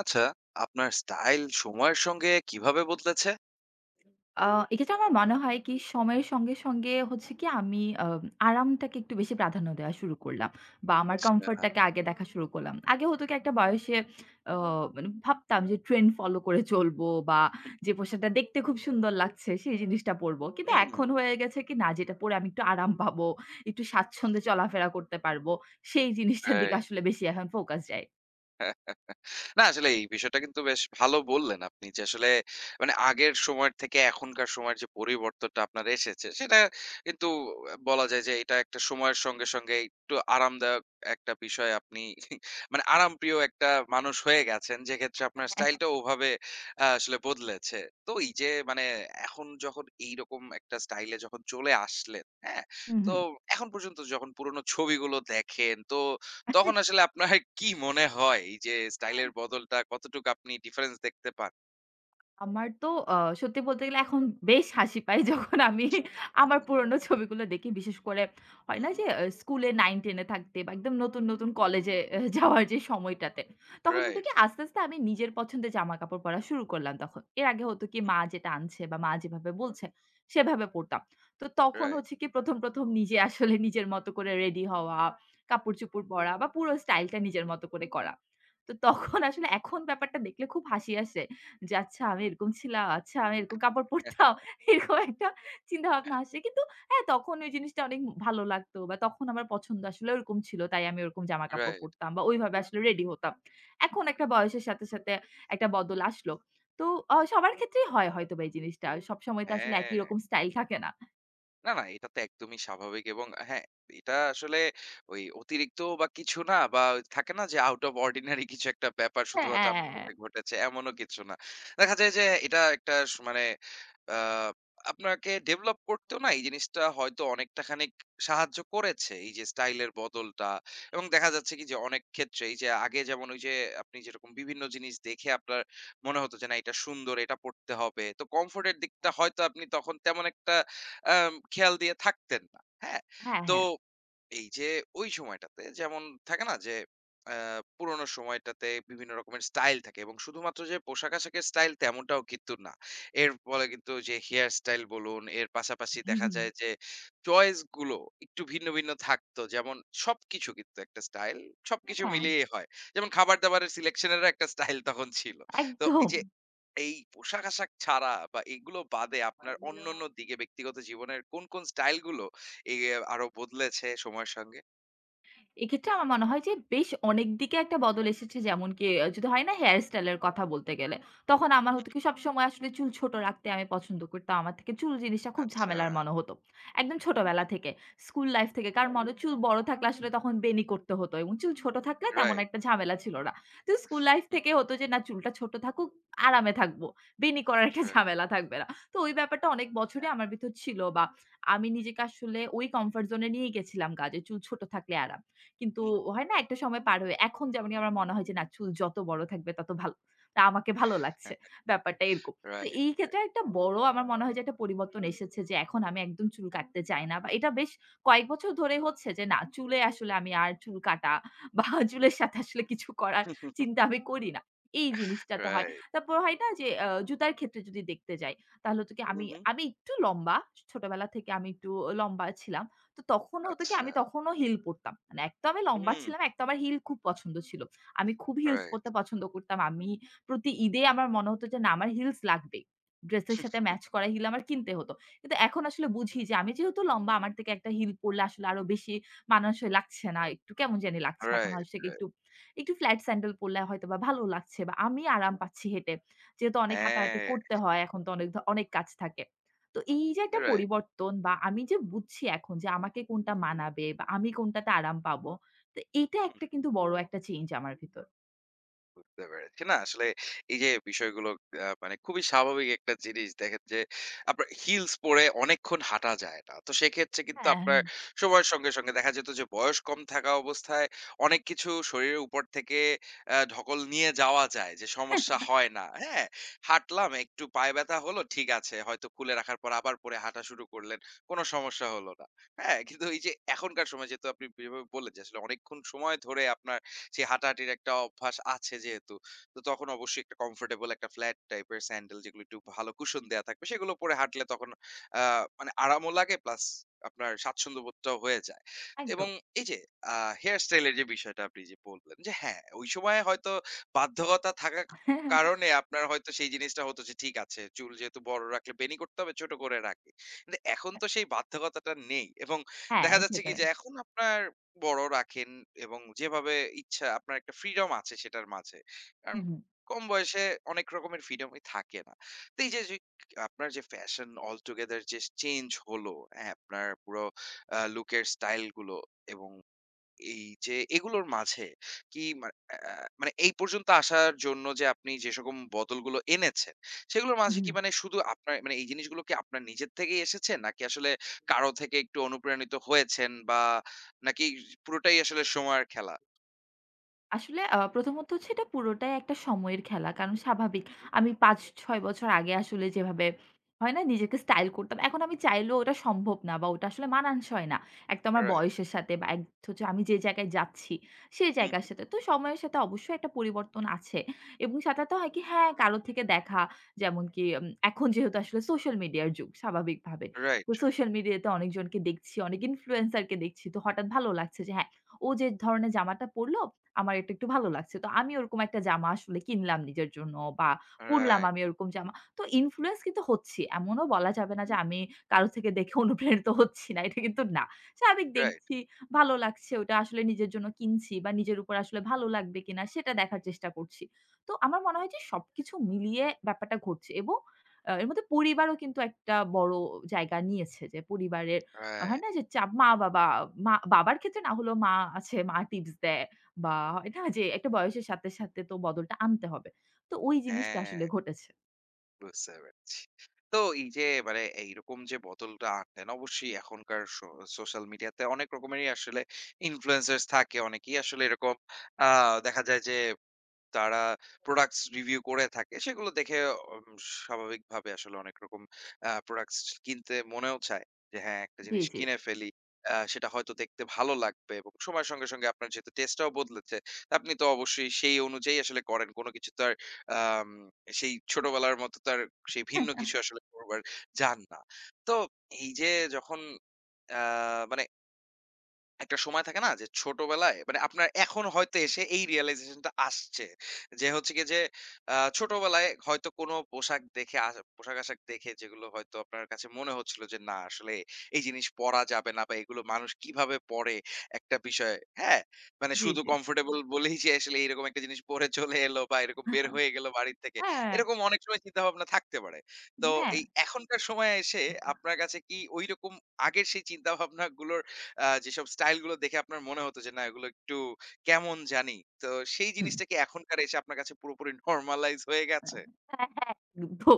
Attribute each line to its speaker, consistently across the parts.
Speaker 1: আচ্ছা, আপনার স্টাইল সময়ের সঙ্গে কিভাবে বদলেছে?
Speaker 2: আ এক্ষেত্রে আমার মনে হয় কি সময়ের সঙ্গে, সঙ্গে হচ্ছে কি আমি আরামটাকে একটু বেশি প্রাধান্য দেওয়া শুরু করলাম বা আমার
Speaker 1: আচ্ছা।
Speaker 2: কমফোর্টটাকে আগে দেখা শুরু করলাম। আগে হতো কি একটা বয়সে আ মানে ভাবতাম যে ট্রেন্ড ফলো করে চলবো বা যে পোশাকটা দেখতে খুব সুন্দর লাগছে সেই জিনিসটা পরবো। কিন্তু
Speaker 1: হুম,
Speaker 2: এখন হয়ে গেছে কি না যেটা পরে আমি একটু আরাম পাবো, একটু স্বাচ্ছন্দ্যে চলাফেরা করতে পারবো। সেই জিনিসটার দিকে
Speaker 1: রাইট।
Speaker 2: আসলে বেশি এখন ফোকাস যায়।
Speaker 1: না আসলে এই বিষয়টা কিন্তু বেশ ভালো বললেন আপনি যে আসলে মানে আগের সময়ের থেকে এখনকার সময়ের যে পরিবর্তনটা আপনার এসেছে সেটা কিন্তু বলা যায় যে এটা একটা সময়ের সঙ্গে সঙ্গে একটু আরামদায়ক একটা বিষয় আপনি মানে আরামপ্রিয় একটা মানুষ হয়ে গেছেন যেক্ষেত্রে আপনার স্টাইলটা ওভাবে আসলে বদলেছে। তো এই যে মানে এখন যখন এইরকম একটা স্টাইলে যখন চলে আসলেন, হ্যাঁ?
Speaker 2: হুম,
Speaker 1: তো
Speaker 2: হুম।
Speaker 1: এখন পর্যন্ত যখন পুরোনো ছবিগুলো দেখেন, তো তখন আসলে আপনার কি মনে হয় এই যে স্টাইলের বদলটা কতটুকু আপনি ডিফারেন্স দেখতে পান?
Speaker 2: আমার তো সত্যি বলতে গেলে এখন বেশ হাসি পায় যখন আমি আমার পুরনো ছবিগুলো দেখি। বিশেষ করে হয়
Speaker 1: হুম,
Speaker 2: না
Speaker 1: হুম,
Speaker 2: যে স্কুলে ৯-১০ এ থাকতে বা একদম নতুন, নতুন কলেজে এ যাওয়ার যে সময়টাতে। তখন হতো
Speaker 1: রাইট,
Speaker 2: কি আস্তে, আস্তে আমি নিজের পছন্দের জামাকাপড় পরা শুরু করলাম তখন। এর আগে হতো কি
Speaker 1: হুম,
Speaker 2: মা যেটা আনছে বা মা যেভাবে বলছে সেভাবে পড়তাম। তো তখন
Speaker 1: রাইট,
Speaker 2: হচ্ছে কি ১ম নিজে আসলে নিজের মতো করে রেডি হওয়া, কাপড়-চোপড় পরা বা পুরো স্টাইলটা নিজের
Speaker 1: হুম,
Speaker 2: মতো করে করা। তো
Speaker 1: হুম,
Speaker 2: তখন আসলে এখন ব্যাপারটা দেখলে খুব হাসি আসে। যে আচ্ছা আমি এরকম ছিলাম, আচ্ছা আমি এরকম কাপড় পরতাম। এরকম একটা চিন্তাভাবনা আসে। কিন্তু হ্যাঁ, তখন ওই জিনিসটা অনেক ভালো লাগতো বা তখন আমার পছন্দ আসলে ওরকম ছিল। তাই আমি ওরকম জামাকাপড়
Speaker 1: রাইট,
Speaker 2: পরতাম বা ওইভাবে আসলে রেডি হতাম। এখন
Speaker 1: হুম,
Speaker 2: একটা
Speaker 1: হুম,
Speaker 2: বয়সের সাথে, সাথে একটা বদল আসলো। তো সবার ক্ষেত্রেই হয় হয়তোবা এই জিনিসটা। সবসময় তো আসলে একই
Speaker 1: হ্যাঁ।
Speaker 2: রকম স্টাইল থাকে না।
Speaker 1: না, না, এটা তো একদমই স্বাভাবিক এবং হ্যাঁ, এটা আসলে ওই অতিরিক্ত বা কিছু না বা ওই থাকে না যে আউট অফ অর্ডিনারি কিছু একটা ব্যাপার
Speaker 2: হ্যাঁ,
Speaker 1: শুধুমাত্র
Speaker 2: হ্যাঁ,
Speaker 1: আপনার
Speaker 2: হ্যাঁ,
Speaker 1: সাথে ঘটেছে এমনও কিছু না। দেখা যায় যে এটা একটা মানে আ আপনাকে ডেভেলপ করতেও না এই জিনিসটা হয়তো অনেকটা খানিক সাহায্য করেছে এই যে স্টাইলের বদলটা, এবং দেখা যাচ্ছে কি যে অনেক ক্ষেত্রে এই যে আগে যেমন ওই যে আপনি যেরকম বিভিন্ন জিনিস দেখে আপনার মনে হতো যে, না এটা সুন্দর, এটা পড়তে হবে। তো কমফোর্ট এর দিকটা হয়তো আপনি তখন তেমন একটা খেয়াল দিয়ে থাকতেন না। হ্যাঁ?
Speaker 2: হ্যাঁ,
Speaker 1: তো
Speaker 2: হ্যাঁ।
Speaker 1: এই যে ওই সময়টাতে যেমন থাকে না যে আ পুরোনো সময়টাতে বিভিন্ন রকমের স্টাইল থাকে এবং শুধুমাত্র যে পোশাক-আশাকের স্টাইল তেমনটাও কিন্তু না। এর ফলে কিন্তু যে হেয়ার স্টাইল বলুন, এর পাশাপাশি দেখা যায় যে চয়েস গুলো একটু ভিন্ন, ভিন্ন থাকতো। যেমন সবকিছু কিন্তু একটা স্টাইল, সবকিছু
Speaker 2: হ্যাঁ,
Speaker 1: মিলিয়েই হয়। যেমন খাবার-দাবারের সিলেকশন এরও একটা স্টাইল তখন ছিল। তো এই
Speaker 2: একদম।
Speaker 1: যে এই পোশাক-আশাক ছাড়া বা এগুলো বাদে আপনার অন্যান্য দিকে ব্যক্তিগত জীবনের কোন, কোন স্টাইল গুলো এ আরো বদলেছে সময়ের সঙ্গে?
Speaker 2: এক্ষেত্রে আমার মনে হয় যে বেশ অনেক দিকে একটা বদল এসেছে। যেমন কি যদি হয় না হেয়ার স্টাইল এর কথা বলতে গেলে। তখন আমার
Speaker 1: হুম,
Speaker 2: হতো
Speaker 1: হুম।
Speaker 2: কি সবসময় আসলে চুল ছোট রাখতে আমি পছন্দ করতাম। আমার থেকে চুল জিনিসটা খুব
Speaker 1: আচ্ছা।
Speaker 2: ঝামেলার মনে হতো। একদম
Speaker 1: হুম,
Speaker 2: ছোটবেলা
Speaker 1: হুম।
Speaker 2: থেকে। স্কুল লাইফ থেকে। কারণ মনে হতো চুল বড় থাকলে আসলে তখন বেণী করতে হতো এবং চুল ছোট থাকলে তেমন
Speaker 1: রাইট,
Speaker 2: একটা ঝামেলা ছিল না। তো স্কুল লাইফ
Speaker 1: হুম,
Speaker 2: থেকে হতো যে না চুলটা ছোট থাকুক, আরামে থাকবো। বেণী করার একটা
Speaker 1: রাইট,
Speaker 2: ঝামেলা থাকবে না। তো ওই ব্যাপারটা অনেক
Speaker 1: হ্যাঁ,
Speaker 2: বছরই আমার ভিতর ছিল বা আমি নিজেকে আসলে ওই কমফোর্ট জোন এ নিয়ে গেছিলাম গা যে চুল ছোট থাকলে আরাম। কিন্তু
Speaker 1: হুম।
Speaker 2: হয় না একটা সময় পার হয়ে এখন যেমনি আমার মনে হয় যে না চুল যত বড় থাকবে তত ভালো। তা আমাকে ভালো লাগছে।
Speaker 1: হ্যাঁ,
Speaker 2: ব্যাপারটা এরকম। তো
Speaker 1: রাইট।
Speaker 2: এই ক্ষেত্রে একটা বড় আমার মনে হয় যে একটা
Speaker 1: হুম,
Speaker 2: পরিবর্তন
Speaker 1: হুম।
Speaker 2: এসেছে যে এখন আমি একদম চুল কাটতে চাই না বা এটা বেশ কয়েক বছর ধরে হচ্ছে যে না চুলে আসলে আমি আর চুল কাটা বা চুলের সাথে আসলে কিছু করার চিন্তা আমি করি না। এই জিনিসটাতে হয়।
Speaker 1: রাইট।
Speaker 2: তারপর হয় না যে জুতার ক্ষেত্রে যদি দেখতে যাই তাহলে হচ্ছে কি
Speaker 1: হুম,
Speaker 2: আমি
Speaker 1: হুম।
Speaker 2: আমি একটু লম্বা। ছোটবেলা থেকে আমি একটু লম্বা ছিলাম। তো তখন হতো কি
Speaker 1: আচ্ছা।
Speaker 2: আমি তখনও হিল পরতাম। মানে এক তো আমি লম্বা
Speaker 1: হুম,
Speaker 2: ছিলাম, এক তো আমার হিল খুব পছন্দ ছিল। আমি খুব হিলস
Speaker 1: রাইট,
Speaker 2: পরতে পছন্দ করতাম। আমি প্রতি ঈদে আমার মনে হতো যে না আমার হিলস লাগবেই। ড্রেসের সাথে ম্যাচ করা হিল আমার কিনতে হতো। কিন্তু এখন আসলে বুঝি যে আমি যেহেতু লম্বা আমার থেকে একটা হিল পরলে আসলে আরো বেশি মানানসই লাগছে না। একটু কেমন জানি লাগছে। এখন
Speaker 1: রাইট,
Speaker 2: হচ্ছে গিয়ে
Speaker 1: রাইট।
Speaker 2: একটু, একটু ফ্ল্যাট স্যান্ডেল পরলে হয়তোবা ভালো লাগছে বা আমি আরাম পাচ্ছি হেঁটে। যেহেতু অনেক হাঁটাহাঁটি
Speaker 1: হ্যাঁ,
Speaker 2: করতে হয় এখন তো অনেক অনেক কাজ থাকে। তো এই যে একটা
Speaker 1: রাইট।
Speaker 2: পরিবর্তন বা আমি যে বুঝছি এখন যে আমাকে কোনটা মানাবে বা আমি কোনটাতে আরাম পাবো। তো এটা একটা কিন্তু বড় একটা চেঞ্জ আমার ভিতর।
Speaker 1: বুঝতে পেরেছি। না আসলে এই যে বিষয়গুলো মানে খুবই স্বাভাবিক একটা জিনিস। দেখেন যে আপনার হিলস পরে অনেকক্ষণ হাঁটা যায় না। তো সেক্ষেত্রে কিন্তু আপনার
Speaker 2: হ্যাঁ,
Speaker 1: সময়ের সঙ্গে, সঙ্গে দেখা যেত যে বয়স কম থাকা অবস্থায় অনেক কিছু শরীরের উপর থেকে ঢকল নিয়ে যাওয়া যায়, যে সমস্যা হয় না। হ্যাঁ? হাঁটলাম, একটু পায়ে ব্যথা হলো, ঠিক আছে। হয়তো খুলে রাখার পর আবার পরে হাঁটা শুরু করলেন। কোন সমস্যা হলো না। হ্যাঁ? কিন্তু এই যে এখনকার সময় যেহেতু আপনি যেভাবে বললেন যে আসলে অনেকক্ষণ সময় ধরে আপনার সেই হাঁটাহাঁটির একটা অভ্যাস আছে যেহেতু। তো তখন অবশ্যই একটা কমফোর্টেবল একটা ফ্ল্যাট টাইপের স্যান্ডেল যেগুলো একটু ভালো কুশন দেয়া থাকবে সেগুলো পরে হাঁটলে তখন আ মানে আরামও লাগে, প্লাস আপনার স্বাচ্ছন্দ্য বোধটাও হয়ে যায়। এবং
Speaker 2: একদম।
Speaker 1: এই যে আ হেয়ার স্টাইল এর যে বিষয়টা আপনি যে বললেন যে হ্যাঁ, ওই সময়ে হয়তো বাধ্যকতা থাকার কারণে আপনার হয়তো সেই জিনিসটা হতো যে, ঠিক আছে চুল যেহেতু বড় রাখলে বেনি করতে হবে, ছোট করে রাখি। কিন্তু এখন তো সেই বাধ্যকতাটা নেই এবং
Speaker 2: হ্যাঁ,
Speaker 1: দেখা যাচ্ছে কি
Speaker 2: সেটাই।
Speaker 1: যে এখন আপনার বড় রাখেন এবং যেভাবে ইচ্ছা আপনার একটা ফ্রিডম আছে সেটার মাঝে। কারণ
Speaker 2: হুম, হুম।
Speaker 1: কম বয়সে অনেক রকমের ফ্রিডমই থাকে না। তো এই যে, যে আপনার যে ফ্যাশন all together যে চেঞ্জ হলো, হ্যাঁ? আপনার পুরো লুকের স্টাইল গুলো এবং এই যে এগুলোর মাঝে কি মা আ মানে এই পর্যন্ত আসার জন্য যে আপনি যে সকম বদলগুলো এনেছেন, সেগুলোর মাঝে কি
Speaker 2: হুম।
Speaker 1: মানে শুধু আপনার মানে এই জিনিসগুলো কি আপনার নিজের থেকেই এসেছে? নাকি আসলে কারো থেকে একটু অনুপ্রাণিত হয়েছেন বা নাকি পুরোটাই আসলে সময়ের খেলা?
Speaker 2: আসলে প্রথমত হচ্ছে এটা পুরোটাই একটা সময়ের খেলা। কারণ স্বাভাবিক
Speaker 1: হু, হু।
Speaker 2: আমি ৫-৬ বছর আগে আসলে যেভাবে হয় না নিজেকে স্টাইল করতাম। এখন আমি চাইলেও ওটা সম্ভব না বা ওটা আসলে মানানসই না। এক তো আমার
Speaker 1: রাইট।
Speaker 2: বয়সের সাথে বা এক হচ্ছে আমি যে জায়গায় যাচ্ছি সেই
Speaker 1: হু,
Speaker 2: জায়গার
Speaker 1: হু,
Speaker 2: সাথে। তো সময়ের সাথে অবশ্যই একটা পরিবর্তন আছে। এবং সাথে, সাথে
Speaker 1: হু,
Speaker 2: হয়
Speaker 1: হু।
Speaker 2: কি হ্যাঁ, কারো থেকে দেখা যেমন কি এখন যেহেতু আসলে সোশ্যাল মিডিয়ার যুগ স্বাভাবিকভাবে।
Speaker 1: রাইট,
Speaker 2: তো
Speaker 1: রাইট।
Speaker 2: সোশ্যাল মিডিয়াতে অনেকজনকে দেখছি, অনেক ইনফ্লুয়েন্সারকে দেখছি। তো হঠাৎ ভালো লাগছে যে হ্যাঁ, ও যে ধরনের জামাটা পরলো আমার এটা একটু ভালো
Speaker 1: হু, হু।
Speaker 2: লাগছে। তো আমি ওরকম একটা জামা আসলে কিনলাম নিজের জন্য বা পড়লাম
Speaker 1: রাইট।
Speaker 2: আমি ওরকম জামা। তো ইনফ্লুয়েন্স কিন্তু হচ্ছি। এমনও বলা যাবে না
Speaker 1: হু।
Speaker 2: যে আমি কারো থেকে দেখে অনুপ্রাণিত হচ্ছি না। এটা কিন্তু না। স্বাভাবিক
Speaker 1: রাইট,
Speaker 2: দেখছি, ভালো লাগছে ওটা আসলে নিজের জন্য কিনছি বা নিজের উপর আসলে ভালো লাগবে কিনা সেটা দেখার চেষ্টা করছি। তো আমার মনে হয় যে সবকিছু মিলিয়ে ব্যাপারটা ঘটছে এবং এর মধ্যে পরিবারও কিন্তু একটা বড় জায়গা নিয়েছে যে পরিবারের আহ, হয়
Speaker 1: রাইট।
Speaker 2: না যে চাপ মা-বাবা, মা বাবার ক্ষেত্রে না হলেও মা আছে, মা টিপস দেয়। বা হয় না যে একটা বয়সের সাথে, সাথে তো বদলটা আনতে হবে। তো ওই জিনিসটা
Speaker 1: হ্যাঁ।
Speaker 2: আসলে ঘটেছে।
Speaker 1: বুঝতে পেরেছি। তো এই যে মানে এইরকম যে বদলটা আনলেন অবশ্যই এখনকার সোশ্যাল মিডিয়াতে অনেক রকমেরই আসলে ইনফ্লুয়েন্সার্স থাকে। অনেকেই আসলে এরকম আ দেখা যায় যে তারা প্রোডাক্টস রিভিউ করে থাকে। সেগুলো দেখে উম স্বাভাবিকভাবে আসলে অনেক রকম প্রোডাক্টস কিনতে মনেও চায় যে হ্যাঁ, একটা
Speaker 2: জি,
Speaker 1: জিনিস
Speaker 2: জি।
Speaker 1: কিনে ফেলি। সেটা হয়তো দেখতে ভালো লাগবে এবং সময়ের সঙ্গে, সঙ্গে আপনার যেহেতু টেস্টটাও বদলেছে, আপনি তো অবশ্যই সেই অনুযায়ী আসলে করেন। কোনো কিছু তো আর আম সেই ছোটবেলার মতো তো আর সেই ভিন্ন কিছু আসলে করবার যান না। তো এই যে যখন আ মানে একটা সময় থাকে না যে ছোটবেলায়, মানে আপনার এখন হয়তো এসে এই রিয়ালাইজেশনটা আসছে যে হচ্ছে কি যে ছোটবেলায় হয়তো কোনো পোশাক দেখে পোশাক আশাক দেখে যেগুলো হয়তো আপনার কাছে মনে হচ্ছিল যে, না আসলে এই জিনিস পরা যাবে না বা এগুলো মানুষ কিভাবে পরে, একটা বিষয়, হ্যাঁ মানে
Speaker 2: জি,
Speaker 1: শুধু
Speaker 2: জি।
Speaker 1: কমফোর্টেবল বলেই যে আসলে এরকম একটা জিনিস পরে চলে এলো বা এরকম বের হয়ে গেল বাড়ির থেকে,
Speaker 2: হ্যাঁ,
Speaker 1: এরকম অনেক সময় চিন্তা ভাবনা থাকতে পারে। তো
Speaker 2: হ্যাঁ।
Speaker 1: এই এখনকার সময় এসে আপনার কাছে কি ওইরকম আগের সেই চিন্তা, যেসব স্টাইল গুলো দেখে আপনার মনে হতো যে, না এগুলো একটু কেমন জানি। তো সেই
Speaker 2: হুম।
Speaker 1: জিনিসটা কি এখনকার এসে আপনার কাছে পুরোপুরি নরমালাইজ হয়ে গেছে?
Speaker 2: হ্যাঁ, হ্যাঁ। তো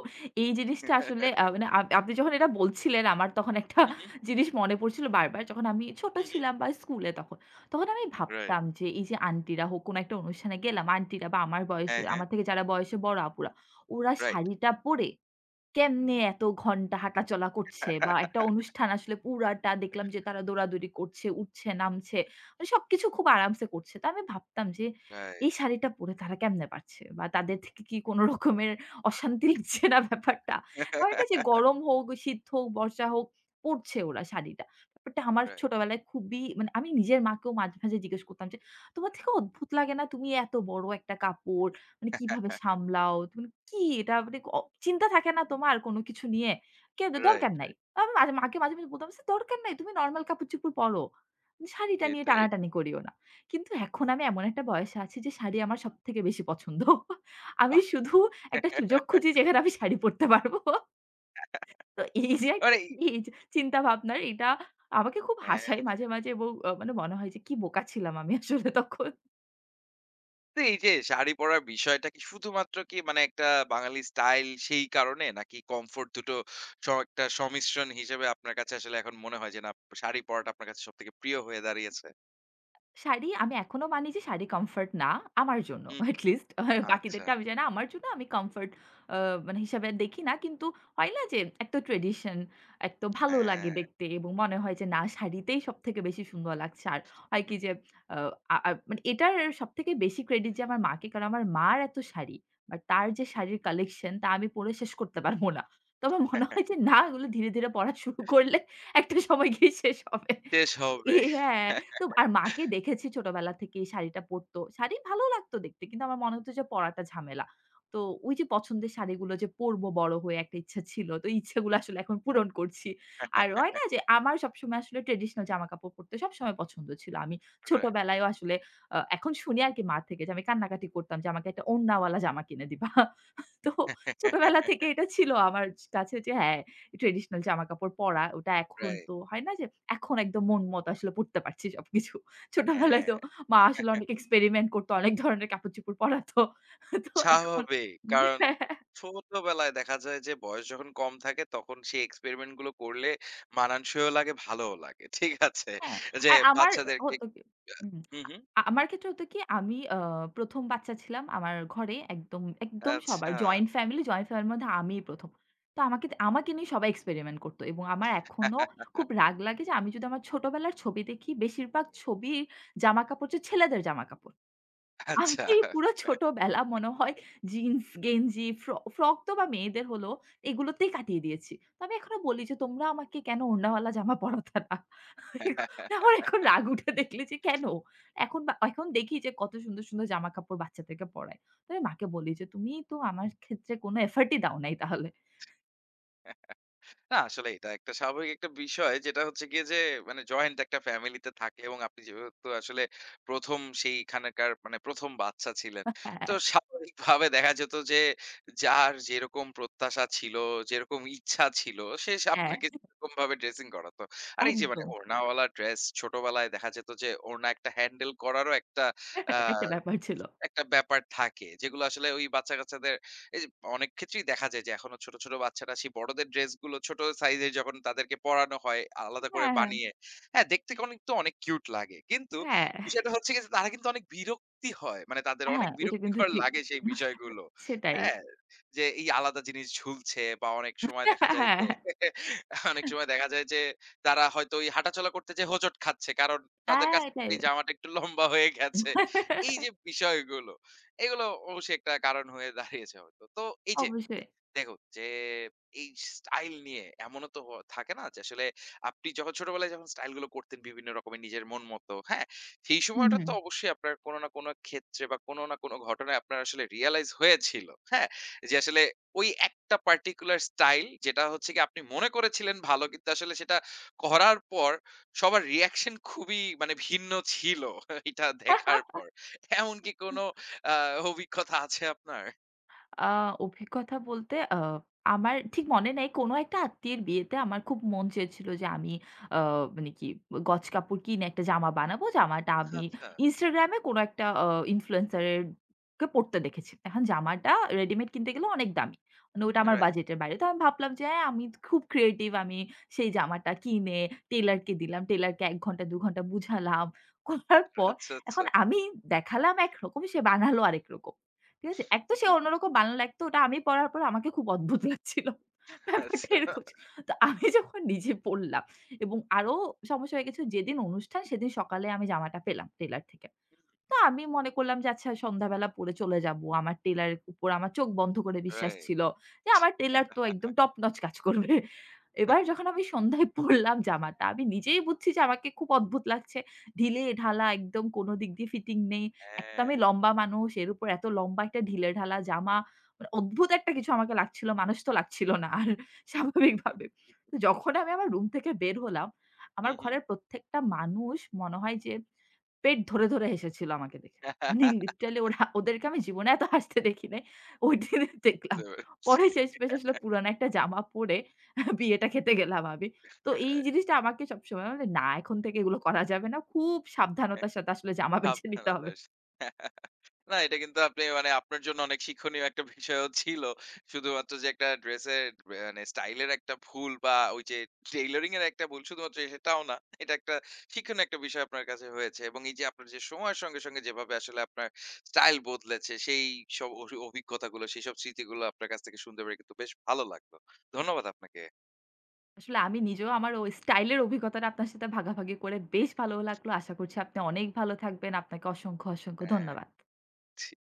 Speaker 2: এই জিনিসটা আসলে মানে আপনি যখন এটা বলছিলেন আমার তখন
Speaker 1: হু,
Speaker 2: একটা
Speaker 1: হু,
Speaker 2: জিনিস মনে পড়ছিল বারবার। যখন আমি ছোট
Speaker 1: হু, হু।
Speaker 2: ছিলাম বা স্কুলে তখন। তখন আমি
Speaker 1: রাইট।
Speaker 2: ভাবতাম যে এই যে আন্টিরা হোক কোনো একটা অনুষ্ঠানে গেলাম, আন্টিরা বা আমার বয়সে
Speaker 1: হ্যাঁ, হ্যাঁ।
Speaker 2: আমার থেকে যারা বয়সে বড় আপুরা, ওরা
Speaker 1: রাইট।
Speaker 2: শাড়িটা পরে কেমনে এত ঘন্টা হাঁটাচলা করছে বা একটা অনুষ্ঠান আসলে পুরাটা দেখলাম যে তারা দৌড়াদৌড়ি করছে, উঠছে, নামছে। মানে সবকিছু খুব আরামসে করছে। তো আমি ভাবতাম যে
Speaker 1: রাইট।
Speaker 2: এই শাড়িটা পরে তারা কেমনে পারছে বা তাদের থেকে কি কোনো রকমের অশান্তি লাগছে না ব্যাপারটা? হয় না যে গরম হোক, শীত হোক, বর্ষা হোক পড়ছে ওরা শাড়িটা। ব্যাপারটা আমার
Speaker 1: রাইট।
Speaker 2: ছোটবেলায় খুবই মানে আমি নিজের মাকেও মাঝে, মাঝে জিজ্ঞেস করতাম যে, "তোমার থেকে অদ্ভুত লাগে না? তুমি এত বড় একটা কাপড় মানে কিভাবে সামলাও? তুমি কি এটা মানে চিন্তা থাকে না তোমার কোনো কিছু নিয়ে? কে
Speaker 1: রাইট,
Speaker 2: দরকার নাই।"
Speaker 1: রাইট।
Speaker 2: আমি মাঝে মাকে মাঝে, মাঝে বলতাম যে, "দরকার নাই। তুমি নরমাল কাপড়-চোপড় পরো। শাড়িটা নিয়ে
Speaker 1: এটাই।
Speaker 2: টানাটানি করিও না।" কিন্তু এখন আমি এমন একটা বয়সে আছি যে শাড়ি আমার সবথেকে বেশি পছন্দ। আমি
Speaker 1: বাহ!
Speaker 2: শুধু একটা সুযোগ খুঁজি যেখানে আমি শাড়ি পরতে পারবো। তো এই যে একটা
Speaker 1: মানে এই-
Speaker 2: চিন্তা ভাবনার এটা আমাকে খুব
Speaker 1: হ্যাঁ,
Speaker 2: হাসায় মাঝে, মাঝে এবং মানে মনে হয় যে কি বোকা ছিলাম আমি আসলে তখন।
Speaker 1: তো এই যে শাড়ি পরার বিষয়টা কি শুধুমাত্র কি মানে একটা বাঙালি স্টাইল সেই কারণে? নাকি কমফোর্ট দুটো একটা সমিশ্রণ হিসেবে আপনার কাছে আসলে এখন মনে হয় যে, না শাড়ি পরাটা আপনার কাছে সবথেকে প্রিয় হয়ে দাঁড়িয়েছে?
Speaker 2: শাড়ি আমি এখনো মানি যে শাড়ি কমফোর্ট না আমার জন্য
Speaker 1: হু, হু।
Speaker 2: এট লিস্ট
Speaker 1: আচ্ছা,
Speaker 2: বাকিদেরটা আমি জানি না আমার জন্য আমি কমফোর্ট আ মানে হিসাবে দেখি না। কিন্তু হয় না যে এক তো ট্র্যাডিশন, এক তো ভালো লাগে
Speaker 1: হ্যাঁ।
Speaker 2: দেখতে এবং মনে হয় যে না শাড়িতেই সবথেকে বেশি সুন্দর লাগছে। আর হয় কি যে আ আ আ মানে এটার সবথেকে বেশি ক্রেডিট যে আমার মাকে। কারণ আমার মার এত শাড়ি। বাট তার যে শাড়ির কালেকশন তা আমি পড়ে শেষ করতে পারব না। তো আমার মনে হয় যে না এগুলো ধীরে, ধীরে পড়া শুরু করলে একটা সময় গিয়ে শেষ হবে।
Speaker 1: শেষ হবে।
Speaker 2: হ্যাঁ। তো আর মাকে দেখেছি ছোটবেলা থেকেই শাড়িটা পরতো। শাড়ি ভালো লাগতো দেখতে। কিন্তু আমার মনে হতো যে পরাটা ঝামেলা। তো ওই যে পছন্দের শাড়িগুলো যে পরবো বড় হয়ে একটা ইচ্ছা ছিল। তো এই ইচ্ছাগুলো আসলে এখন পূরণ করছি। আর হয় না যে আমার সবসময় আসলে ট্র্যাডিশনাল জামাকাপড় পরতে সবসময় পছন্দ ছিল। আমি
Speaker 1: রাইট।
Speaker 2: ছোটবেলায়ও আসলে এখন শুনি আরকি মা থেকে যে আমি কান্নাকাটি করতাম যে আমাকে একটা ওড়নাওয়ালা জামা কিনে দিবা। তো ছোটবেলা থেকে এটা ছিল আমার কাছে যে হ্যাঁ, ট্র্যাডিশনাল জামাকাপড় পরা ওটা এখন
Speaker 1: রাইট।
Speaker 2: তো হয় না যে এখন একদম মন মত আসলে পড়তে পারছি সবকিছু। ছোটবেলায়
Speaker 1: হ্যাঁ,
Speaker 2: তো মা আসলে অনেক এক্সপেরিমেন্ট করতো, অনেক ধরনের কাপড়-চোপড় পরাতো। তো এখন
Speaker 1: স্বাভাবিক। কারণ ছোটবেলায় দেখা যায় যে বয়স যখন কম থাকে তখন সেই এক্সপেরিমেন্ট গুলো করলে মানানসইও লাগে, ভালোও লাগে। ঠিক আছে?
Speaker 2: হ্যাঁ,
Speaker 1: যে
Speaker 2: আর আমার
Speaker 1: বাচ্চাদেরকে
Speaker 2: হতো কি হুম।
Speaker 1: হুম, হুম।
Speaker 2: আমার ক্ষেত্রে হতো কি আমি ১ম বাচ্চা ছিলাম। আমার ঘরে একদম, একদম সবার
Speaker 1: আচ্ছা।
Speaker 2: জয়েন্ট ফ্যামিলি, জয়েন্ট ফ্যামিলির মধ্যে আমিই ১ম। তো আমাকে আমাকে নিয়ে সবাই এক্সপেরিমেন্ট করত এবং আমার এখনো খুব রাগ লাগে যে আমি যদি আমার ছোটবেলার ছবি দেখি, বেশিরভাগ ছবি জামাকাপড় যে ছেলেদের জামাকাপড়।
Speaker 1: আচ্ছা।
Speaker 2: আমি পুরো ছোটবেলা মনে হয় জিন্স, গেঞ্জি, ফ্রক তো বা মেয়েদের হলো এগুলোতেই কাটিয়ে দিয়েছি। তো আমি এখনো বলি যে, "তোমরা আমাকে কেন ওড়নাওয়ালা জামা পরাতে না?" এখন- আমার এখন রাগ উঠে দেখলে যে কেন? এখন বা এখন দেখি যে কত সুন্দর, সুন্দর জামাকাপড় বাচ্চাদেরকে পরায়। তো আমি মাকে বলি যে, "তুমি তো আমার ক্ষেত্রে কোনো এফর্টই দাও নাই তাহলে।"
Speaker 1: না আসলে এটা একটা স্বাভাবিক একটা বিষয় যেটা হচ্ছে গিয়ে যে মানে জয়েন্ট একটা ফ্যামিলিতে থাকে এবং আপনি যেহেতু আসলে প্রথম সেইখানকার মানে প্রথম বাচ্চা ছিলেন, তো
Speaker 2: হ্যাঁ,
Speaker 1: স্বাভাবিকভাবে দেখা যেত যে যার যেরকম প্রত্যাশা ছিল, যেরকম ইচ্ছা ছিল, সে সে
Speaker 2: হ্যাঁ,
Speaker 1: আপনাকে সেরকম ভাবে ড্রেসিং করাতো। আর এই যে মানে
Speaker 2: একদম
Speaker 1: ওড়নাওয়ালা ড্রেস ছোটবেলায় দেখা যেত যে ওড়না একটা হ্যান্ডেল করারও একটা
Speaker 2: একটা ব্যাপার ছিল।
Speaker 1: একটা ব্যাপার থাকে, যেগুলো আসলে ওই বাচ্চা-কাচ্চাদের এই যে অনেক ক্ষেত্রেই দেখা যায় যে এখনো ছোট, ছোট বাচ্চারা সেই বড়দের ড্রেসগুলো ছোট সাইজের যখন তাদেরকে পরানো হয় আলাদা করে
Speaker 2: হ্যাঁ, হ্যাঁ,
Speaker 1: বানিয়ে, হ্যাঁ, দেখতে কিন্তু অনেক কিউট লাগে। কিন্তু
Speaker 2: হ্যাঁ,
Speaker 1: বিষয়টা হচ্ছে গিয়ে যে তারা কিন্তু অনেক বিরক্তি হয়। মানে তাদের অনেক
Speaker 2: হ্যাঁ, এটা কিন্তু
Speaker 1: বিরক্তিকর
Speaker 2: ঠিক।
Speaker 1: লাগে সেই বিষয়গুলো।
Speaker 2: সেটাই।
Speaker 1: হ্যাঁ? যে এই আলাদা জিনিস ঝুলছে, বা অনেক সময় দেখা
Speaker 2: হ্যাঁ,
Speaker 1: যায়
Speaker 2: হ্যাঁ,
Speaker 1: যে
Speaker 2: হ্যাঁ,
Speaker 1: অনেক সময় দেখা যায় যে তারা হয়তো ওই হাঁটাচলা করতে যেয়ে হোঁচট খাচ্ছে। কারণ তাদের
Speaker 2: হ্যাঁ,
Speaker 1: কাছ থেকে
Speaker 2: এটাই।
Speaker 1: সেই জামাটা একটু লম্বা হয়ে গেছে। এই যে বিষয়গুলো, এগুলো অবশ্যই একটা কারণ হয়ে দাঁড়িয়েছে হয়তো। তো এই যে
Speaker 2: অবশ্যই।
Speaker 1: দেখুন যে এই স্টাইল নিয়ে এমনও তো থাকে না যে আসলে আপনি যখন ছোটবেলায় যখন স্টাইল গুলো করতেন বিভিন্ন রকমের নিজের মন মতো, হ্যাঁ? সেই
Speaker 2: হুম,
Speaker 1: সময়টা
Speaker 2: হুম।
Speaker 1: তো অবশ্যই আপনার কোনো না কোনো ক্ষেত্রে বা কোনো না কোনো ঘটনায় আপনার আসলে রিয়ালাইজ হয়েছিল, হ্যাঁ? যে আসলে ওই একটা পার্টিকুলার স্টাইল যেটা হচ্ছে কি আপনি মনে করেছিলেন ভালো কিন্তু আসলে সেটা করার পর সবার রিয়াকশন খুবই মানে ভিন্ন ছিল, এটা দেখার পর এমন কি কোনো অভিজ্ঞতা আছে আপনার?
Speaker 2: আ অভিজ্ঞতা বলতে আমার ঠিক মনে নেই কোনো একটা আত্মীয়ের বিয়েতে আমার খুব মন চেয়েছিল যে আমি আ মানে কি গজ কাপড় কিনে একটা জামা বানাবো। জামাটা আমি
Speaker 1: আচ্ছা।
Speaker 2: Instagram এ কোনো একটা influencer এর কে পড়তে দেখেছি। এখন জামাটা রেডিমেড কিনতে গেলে অনেক দামি। মানে ওটা আমার
Speaker 1: রাইট।
Speaker 2: বাজেটের বাইরে। তো আমি ভাবলাম যে হ্যাঁ, আমি খুব ক্রিয়েটিভ আমি সেই জামাটা কিনে টেইলরকে দিলাম। টেইলরকে ১ ঘন্টা ২ ঘন্টা বুঝালাম। করার পর
Speaker 1: আচ্ছা, আচ্ছা।
Speaker 2: এখন আমি দেখালাম একরকম সে বানালো আরেক রকম। ঠিক আছে? এক তো সে অন্যরকম বানান লাগতো ওটা আমি পড়ার পর আমাকে খুব অদ্ভুত লাগছিল। ব্যাপারটা
Speaker 1: আচ্ছা,
Speaker 2: এরকম ছিল। তো আমি যখন নিজে পড়লাম এবং আরো সমস্যা হয়ে গেছে যেদিন অনুষ্ঠান সেদিন সকালে আমি জামাটা পেলাম টেইলর থেকে। তো আমি মনে করলাম যে আচ্ছা সন্ধ্যাবেলা পড়ে চলে যাবো। আমার টেইলারের উপর আমার চোখ বন্ধ করে বিশ্বাস
Speaker 1: রাইট।
Speaker 2: ছিল যে আমার টেইলার তো একদম top notch কাজ করবে। এবার যখন আমি সন্ধ্যায় পড়লাম জামাটা, আমি নিজেই বুঝছি যে আমাকে খুব অদ্ভুত লাগছে। ঢিলেঢালা একদম কোনো দিক দিয়ে ফিটিং নেই। এক তো
Speaker 1: হ্যাঁ।
Speaker 2: আমি লম্বা মানুষ, এর উপর এত লম্বা একটা ঢিলেঢালা জামা। মানে অদ্ভুত একটা কিছু আমাকে লাগছিল, মানুষ তো লাগছিল না আর
Speaker 1: হু,
Speaker 2: স্বাভাবিকভাবে। তো যখন আমি আমার রুম থেকে বের হলাম, আমার
Speaker 1: হু।
Speaker 2: ঘরের প্রত্যেকটা মানুষ মনে হয় যে পেট ধরে, ধরে হেসেছিল আমাকে দেখে। মানে লিটারালি ওরা ওদেরকে আমি জীবনে এত হাসতে দেখি নাই। ওইদিন
Speaker 1: বুঝতে
Speaker 2: দেখলাম।
Speaker 1: পেরেছি।
Speaker 2: পরে শেষমেশ আসলে পুরানো একটা জামা পরে বিয়েটা খেতে গেলাম আমি। তো এই
Speaker 1: রাইট।
Speaker 2: জিনিসটা আমাকে সবসময় মানে না এখন থেকে এগুলো করা যাবে না। খুব সাবধানতার সাথে আসলে জামা বেছে নিতে হবে।
Speaker 1: সাবধানতার সাথে। না, এটা কিন্তু আপনি মানে আপনার জন্য অনেক শিক্ষণীয় একটা বিষয়ও ছিল। শুধুমাত্র যে একটা ড্রেসের মানে স্টাইলের একটা ভুল বা ওই যে টেইলরিং এর একটা ভুল শুধুমাত্র সেটাও না। এটা একটা শিক্ষণীয় একটা বিষয় আপনার কাছে হয়েছে এবং এই যে আপনার যে সময়ের সঙ্গে, সঙ্গে যেভাবে আসলে আপনার স্টাইল বদলেছে সেই সব অভিজ্ঞতাগুলো, সেইসব স্মৃতিগুলো আপনার কাছ থেকে শুনতে পেরে কিন্তু বেশ ভালো লাগলো। ধন্যবাদ আপনাকে।
Speaker 2: আসলে আমি নিজেও আমার ওই স্টাইল এর অভিজ্ঞতাটা আপনার সাথে ভাগাভাগি করে বেশ ভালো লাগলো। আশা করছি আপনি অনেক ভালো থাকবেন। আপনাকে অসংখ্য, অসংখ্য
Speaker 1: হ্যাঁ।
Speaker 2: ধন্যবাদ।
Speaker 1: জি।